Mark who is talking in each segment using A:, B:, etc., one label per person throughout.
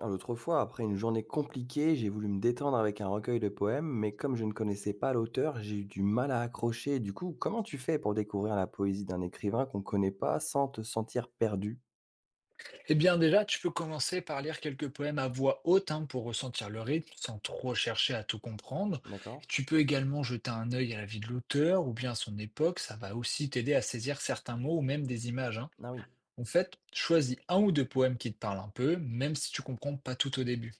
A: Ah, l'autre fois, après une journée compliquée, j'ai voulu me détendre avec un recueil de poèmes, mais comme je ne connaissais pas l'auteur, j'ai eu du mal à accrocher. Du coup, comment tu fais pour découvrir la poésie d'un écrivain qu'on ne connaît pas sans te sentir perdu?
B: Eh bien déjà, tu peux commencer par lire quelques poèmes à voix haute hein, pour ressentir le rythme sans trop chercher à tout comprendre.
A: D'accord.
B: Tu peux également jeter un œil à la vie de l'auteur ou bien à son époque, ça va aussi t'aider à saisir certains mots ou même des images, hein.
A: Ah oui.
B: En fait, choisis un ou deux poèmes qui te parlent un peu, même si tu comprends pas tout au début.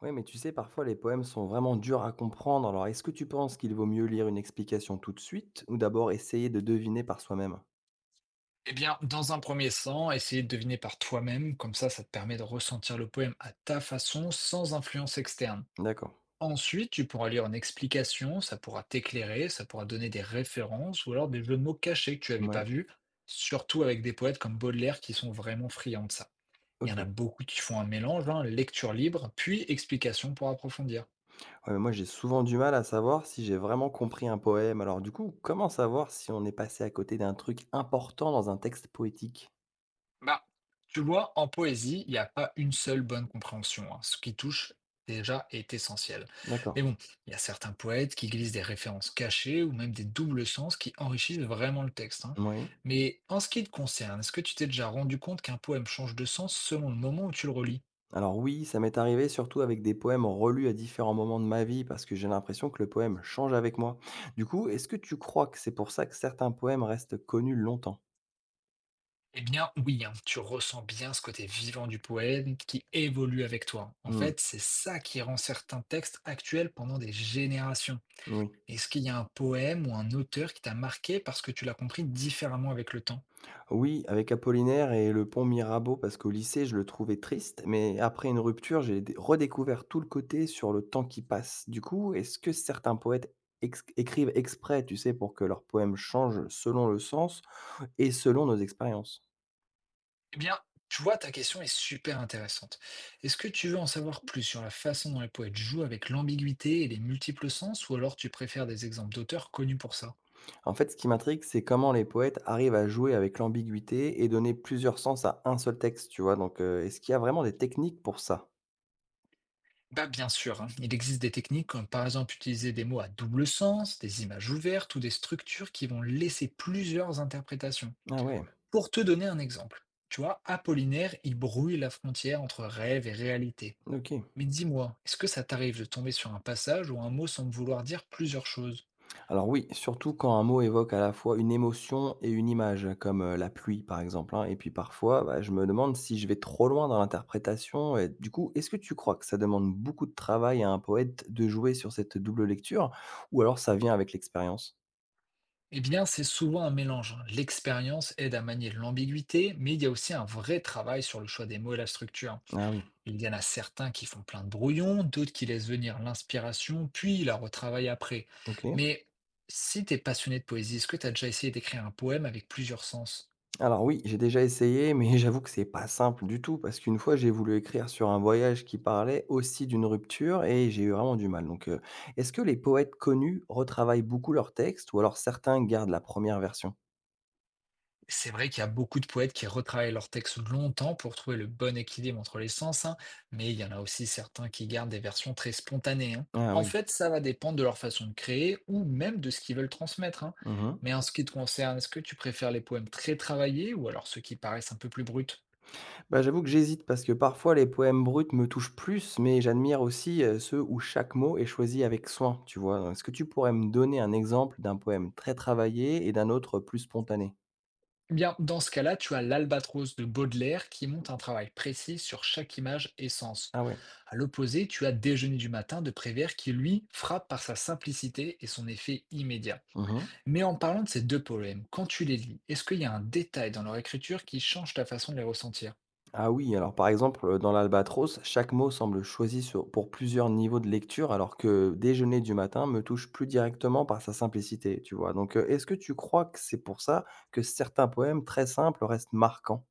A: Oui, mais tu sais, parfois les poèmes sont vraiment durs à comprendre. Alors, est-ce que tu penses qu'il vaut mieux lire une explication tout de suite ou d'abord essayer de deviner par soi-même?
B: Eh bien, dans un premier temps, essayer de deviner par toi-même, comme ça te permet de ressentir le poème à ta façon sans influence externe.
A: D'accord.
B: Ensuite, tu pourras lire une explication, ça pourra t'éclairer, ça pourra donner des références ou alors des jeux de mots cachés que tu n'avais
A: Ouais.
B: pas vus, surtout avec des poètes comme Baudelaire qui sont vraiment friands de ça. Il y en
A: Ok.
B: a beaucoup qui font un mélange, hein, lecture libre, puis explication pour approfondir.
A: Ouais, mais moi, j'ai souvent du mal à savoir si j'ai vraiment compris un poème. Alors du coup, comment savoir si on est passé à côté d'un truc important dans un texte poétique?
B: Bah, tu vois, en poésie, il n'y a pas une seule bonne compréhension, hein. Ce qui touche déjà est essentiel.
A: D'accord.
B: Mais bon, il y a certains poètes qui glissent des références cachées ou même des doubles sens qui enrichissent vraiment le texte, hein.
A: Oui.
B: Mais en ce qui te concerne, est-ce que tu t'es déjà rendu compte qu'un poème change de sens selon le moment où tu le relis?
A: Alors oui, ça m'est arrivé surtout avec des poèmes relus à différents moments de ma vie parce que j'ai l'impression que le poème change avec moi. Du coup, est-ce que tu crois que c'est pour ça que certains poèmes restent connus longtemps?
B: Eh bien, oui, hein, tu ressens bien ce côté vivant du poème qui évolue avec toi. En
A: Hmm.
B: fait, c'est ça qui rend certains textes actuels pendant des générations.
A: Oui.
B: Est-ce qu'il y a un poème ou un auteur qui t'a marqué parce que tu l'as compris différemment avec le temps?
A: Oui, avec Apollinaire et le pont Mirabeau, parce qu'au lycée, je le trouvais triste, mais après une rupture, redécouvert tout le côté sur le temps qui passe. Du coup, est-ce que certains poètes écrivent exprès, tu sais, pour que leurs poèmes changent selon le sens et selon nos expériences?
B: Eh bien, tu vois, ta question est super intéressante. Est-ce que tu veux en savoir plus sur la façon dont les poètes jouent avec l'ambiguïté et les multiples sens, ou alors tu préfères des exemples d'auteurs connus pour ça?
A: En fait, ce qui m'intrigue, c'est comment les poètes arrivent à jouer avec l'ambiguïté et donner plusieurs sens à un seul texte, tu vois. Donc, est-ce qu'il y a vraiment des techniques pour ça?
B: Bah bien sûr, hein. Il existe des techniques comme par exemple utiliser des mots à double sens, des images ouvertes ou des structures qui vont laisser plusieurs interprétations.
A: Ah ouais,
B: Pour te donner un exemple, tu vois, Apollinaire, il brouille la frontière entre rêve et réalité.
A: ok.
B: Mais dis-moi, est-ce que ça t'arrive de tomber sur un passage où un mot semble vouloir dire plusieurs choses?
A: Alors oui, surtout quand un mot évoque à la fois une émotion et une image, comme la pluie par exemple, hein. Et puis parfois, bah, je me demande si je vais trop loin dans l'interprétation. Et du coup, est-ce que tu crois que ça demande beaucoup de travail à un poète de jouer sur cette double lecture, ou alors ça vient avec l'expérience?
B: Eh bien, c'est souvent un mélange, hein. L'expérience aide à manier l'ambiguïté, mais il y a aussi un vrai travail sur le choix des mots et la structure.
A: Ah oui,
B: Il y en a certains qui font plein de brouillons, d'autres qui laissent venir l'inspiration, puis la retravaillent après.
A: ok.
B: Mais si t'es passionné de poésie, est-ce que t'as déjà essayé d'écrire un poème avec plusieurs sens?
A: Alors oui, j'ai déjà essayé, mais j'avoue que c'est pas simple du tout, parce qu'une fois, j'ai voulu écrire sur un voyage qui parlait aussi d'une rupture et j'ai eu vraiment du mal. Donc, est-ce que les poètes connus retravaillent beaucoup leurs textes ou alors certains gardent la première version?
B: C'est vrai qu'il y a beaucoup de poètes qui retravaillent leurs textes longtemps pour trouver le bon équilibre entre les sens, hein, mais il y en a aussi certains qui gardent des versions très spontanées, hein.
A: Ah
B: En
A: oui.
B: fait, ça va dépendre de leur façon de créer ou même de ce qu'ils veulent transmettre, hein.
A: Mhm.
B: Mais en ce qui te concerne, est-ce que tu préfères les poèmes très travaillés ou alors ceux qui paraissent un peu plus bruts?
A: Bah, j'avoue que j'hésite parce que parfois les poèmes bruts me touchent plus, mais j'admire aussi ceux où chaque mot est choisi avec soin, tu vois. Est-ce que tu pourrais me donner un exemple d'un poème très travaillé et d'un autre plus spontané?
B: Eh bien, dans ce cas-là, tu as l'Albatros de Baudelaire qui monte un travail précis sur chaque image et sens.
A: Ah ouais.
B: À l'opposé, tu as Déjeuner du matin de Prévert qui, lui, frappe par sa simplicité et son effet immédiat.
A: Mhm.
B: Mais en parlant de ces deux poèmes, quand tu les lis, est-ce qu'il y a un détail dans leur écriture qui change ta façon de les ressentir?
A: Ah oui, alors par exemple, dans l'albatros, chaque mot semble choisi pour plusieurs niveaux de lecture, alors que déjeuner du matin me touche plus directement par sa simplicité, tu vois. Donc, est-ce que tu crois que c'est pour ça que certains poèmes très simples restent marquants?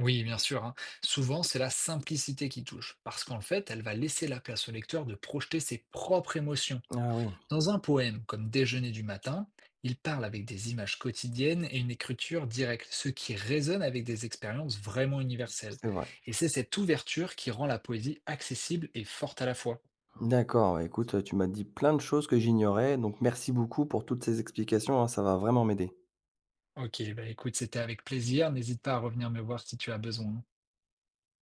B: Oui, bien sûr, hein. Souvent, c'est la simplicité qui touche, parce qu'en fait, elle va laisser la place au lecteur de projeter ses propres émotions.
A: Ah oui,
B: Dans un poème comme Déjeuner du matin, il parle avec des images quotidiennes et une écriture directe, ce qui résonne avec des expériences vraiment universelles.
A: c'est vrai.
B: Et c'est cette ouverture qui rend la poésie accessible et forte à la fois.
A: D'accord, ouais, écoute, tu m'as dit plein de choses que j'ignorais, donc merci beaucoup pour toutes ces explications, hein, ça va vraiment m'aider.
B: Ok, bah écoute, c'était avec plaisir. N'hésite pas à revenir me voir si tu as besoin.